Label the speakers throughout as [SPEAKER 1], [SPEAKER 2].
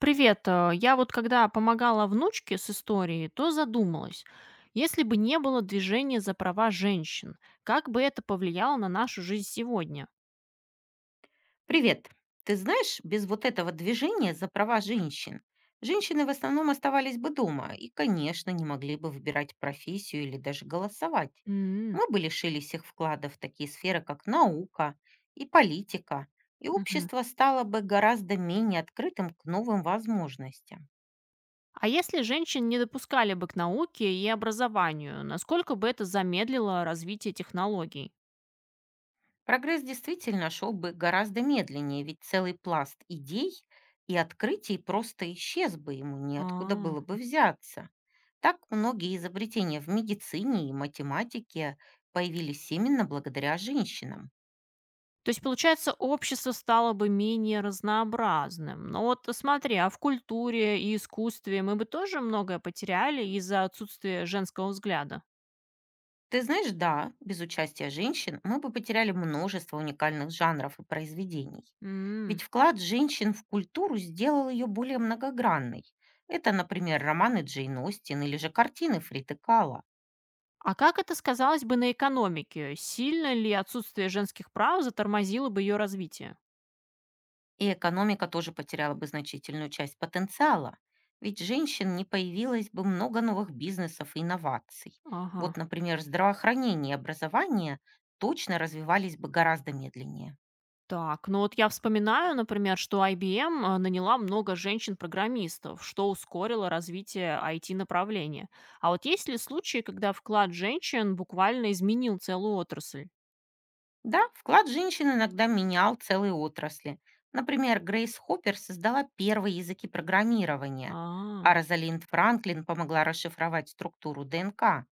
[SPEAKER 1] Привет. Я вот когда помогала внучке с историей, то задумалась, если бы не было движения за права женщин, как бы это повлияло на нашу жизнь сегодня?
[SPEAKER 2] Привет. Ты знаешь, без вот этого движения за права женщин женщины в основном оставались бы дома и, конечно, не могли бы выбирать профессию или даже голосовать.
[SPEAKER 1] М,
[SPEAKER 2] Мы бы лишились их вкладов в такие сферы, как наука и политика, и
[SPEAKER 1] мгм.
[SPEAKER 2] общество стало бы гораздо менее открытым к новым возможностям.
[SPEAKER 1] А если женщин не допускали бы к науке и образованию, насколько бы это замедлило развитие технологий?
[SPEAKER 2] Прогресс действительно шел бы гораздо медленнее, ведь целый пласт идей и открытий просто исчез бы, ему неоткуда
[SPEAKER 1] А.
[SPEAKER 2] было бы взяться. Так многие изобретения в медицине и математике появились именно благодаря женщинам.
[SPEAKER 1] То есть, получается, общество стало бы менее разнообразным. Но вот смотри, а в культуре и искусстве мы бы тоже многое потеряли из-за отсутствия женского взгляда.
[SPEAKER 2] Ты знаешь, да, без участия женщин мы бы потеряли множество уникальных жанров и произведений. Ведь
[SPEAKER 1] М.
[SPEAKER 2] вклад женщин в культуру сделал ее более многогранной. Это, например, романы Джейн Остин или же картины Фриты Кала.
[SPEAKER 1] А как это сказалось бы на экономике? Сильно ли отсутствие женских прав затормозило бы ее развитие?
[SPEAKER 2] И экономика тоже потеряла бы значительную часть потенциала, ведь женщин не появилось бы много новых бизнесов и инноваций.
[SPEAKER 1] Ага.
[SPEAKER 2] Вот, например, здравоохранение и образование точно развивались бы гораздо медленнее.
[SPEAKER 1] Так, ну вот я вспоминаю, например, что IBM наняла много женщин-программистов, что ускорило развитие IT-направления. А вот есть ли случаи, когда вклад женщин буквально изменил целую отрасль?
[SPEAKER 2] Да, вклад женщин иногда менял целые отрасли. Например, Грейс Хоппер создала первые языки программирования, а
[SPEAKER 1] А,
[SPEAKER 2] Розалинд Франклин помогла расшифровать структуру ДНК.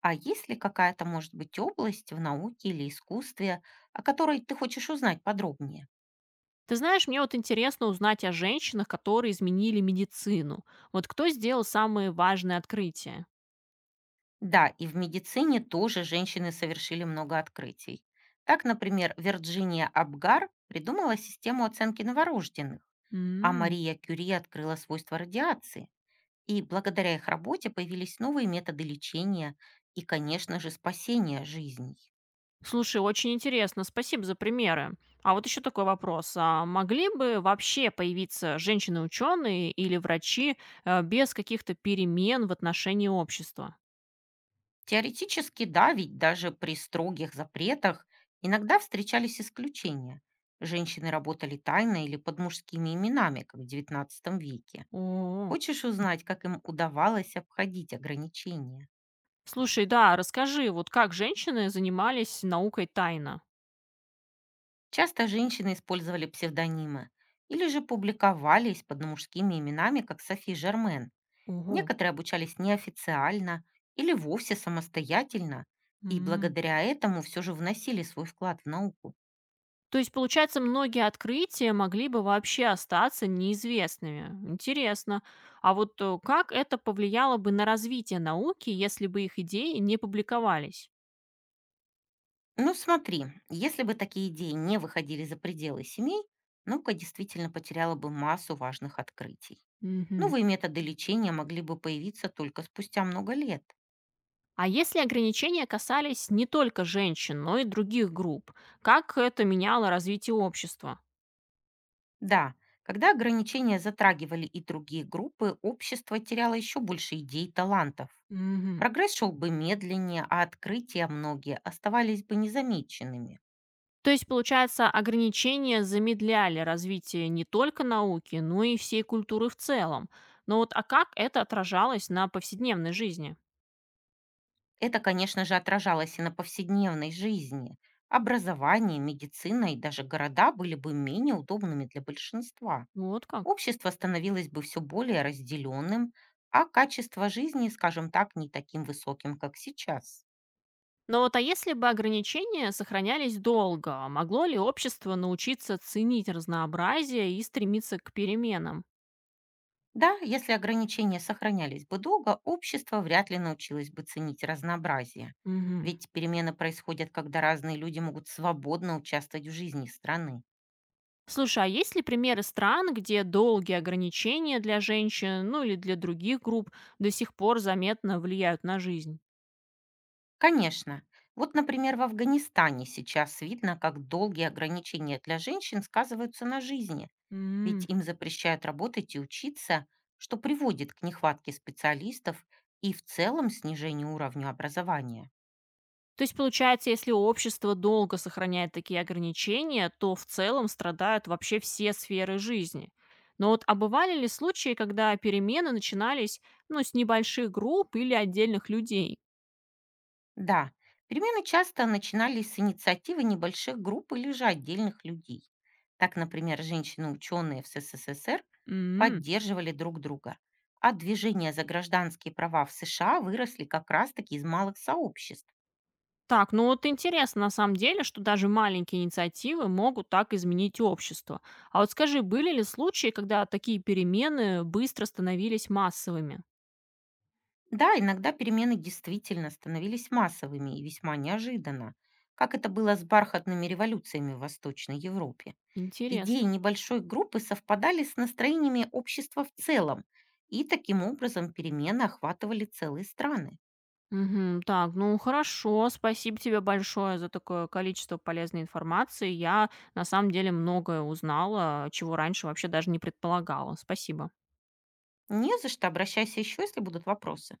[SPEAKER 2] А есть ли какая-то, может быть, область в науке или искусстве, о которой ты хочешь узнать подробнее?
[SPEAKER 1] ты знаешь, мне вот интересно узнать о женщинах, которые изменили медицину. Вот кто сделал самые важные открытия?
[SPEAKER 2] Да, и в медицине тоже женщины совершили много открытий. Так, например, Вирджиния Абгар придумала систему оценки новорожденных, а
[SPEAKER 1] М.
[SPEAKER 2] Мария Кюри открыла свойства радиации. И благодаря их работе появились новые методы лечения и, конечно же, спасения жизней.
[SPEAKER 1] Слушай, очень интересно, спасибо за примеры. А вот еще такой вопрос. А могли бы вообще появиться женщины-ученые или врачи без каких-то перемен в отношении общества?
[SPEAKER 2] Теоретически да, ведь даже при строгих запретах иногда встречались исключения. Женщины работали тайно или под мужскими именами, как в XIX веке.
[SPEAKER 1] О,
[SPEAKER 2] Хочешь узнать, как им удавалось обходить ограничения?
[SPEAKER 1] слушай, да, расскажи, вот как женщины занимались наукой тайно?
[SPEAKER 2] Часто женщины использовали псевдонимы или же публиковались под мужскими именами, как Софи Жермен.
[SPEAKER 1] Ого.
[SPEAKER 2] Некоторые обучались неофициально или вовсе самостоятельно, и
[SPEAKER 1] М.
[SPEAKER 2] благодаря этому все же вносили свой вклад в науку.
[SPEAKER 1] То есть, получается, многие открытия могли бы вообще остаться неизвестными. Интересно. А вот как это повлияло бы на развитие науки, если бы их идеи не публиковались?
[SPEAKER 2] Ну, смотри, если бы такие идеи не выходили за пределы семей, наука действительно потеряла бы массу важных открытий.
[SPEAKER 1] Мгм.
[SPEAKER 2] Новые методы лечения могли бы появиться только спустя много лет.
[SPEAKER 1] А если ограничения касались не только женщин, но и других групп, как это меняло развитие общества?
[SPEAKER 2] Да, когда ограничения затрагивали и другие группы, общество теряло еще больше идей и талантов.
[SPEAKER 1] Мгм.
[SPEAKER 2] Прогресс шел бы медленнее, а открытия многие оставались бы незамеченными.
[SPEAKER 1] То есть, получается, ограничения замедляли развитие не только науки, но и всей культуры в целом. Но вот а как это отражалось на повседневной жизни?
[SPEAKER 2] Это, конечно же, отражалось и на повседневной жизни. Образование, медицина и даже города были бы менее удобными для большинства.
[SPEAKER 1] Вот как.
[SPEAKER 2] Общество становилось бы все более разделенным, а качество жизни, скажем так, не таким высоким, как сейчас.
[SPEAKER 1] Но вот а если бы ограничения сохранялись долго, а могло ли общество научиться ценить разнообразие и стремиться к переменам?
[SPEAKER 2] Да, если ограничения сохранялись бы долго, общество вряд ли научилось бы ценить разнообразие.
[SPEAKER 1] Мгм.
[SPEAKER 2] Ведь перемены происходят, когда разные люди могут свободно участвовать в жизни страны.
[SPEAKER 1] Слушай, а есть ли примеры стран, где долгие ограничения для женщин, ну или для других групп, до сих пор заметно влияют на жизнь?
[SPEAKER 2] Конечно. Вот, например, в Афганистане сейчас видно, как долгие ограничения для женщин сказываются на жизни, ведь
[SPEAKER 1] М.
[SPEAKER 2] им запрещают работать и учиться, что приводит к нехватке специалистов и в целом снижению уровня образования.
[SPEAKER 1] То есть, получается, если общество долго сохраняет такие ограничения, то в целом страдают вообще все сферы жизни. Но вот а бывали ли случаи, когда перемены начинались, ну, с небольших групп или отдельных людей?
[SPEAKER 2] Да, перемены часто начинались с инициативы небольших групп или же отдельных людей. Так, например, женщины-ученые в СССР
[SPEAKER 1] М.
[SPEAKER 2] поддерживали друг друга, а движения за гражданские права в США выросли как раз-таки из малых сообществ.
[SPEAKER 1] Так, ну вот интересно на самом деле, что даже маленькие инициативы могут так изменить общество. А вот скажи, были ли случаи, когда такие перемены быстро становились массовыми?
[SPEAKER 2] Да, иногда перемены действительно становились массовыми и весьма неожиданно, как это было с бархатными революциями в Восточной Европе. Идеи
[SPEAKER 1] Интересно.
[SPEAKER 2] небольшой группы совпадали с настроениями общества в целом, и таким образом перемены охватывали целые страны.
[SPEAKER 1] Мгм, так, ну хорошо, спасибо тебе большое за такое количество полезной информации. Я на самом деле многое узнала, чего раньше вообще даже не предполагала. Спасибо.
[SPEAKER 2] Не за что, обращайся еще, если будут вопросы.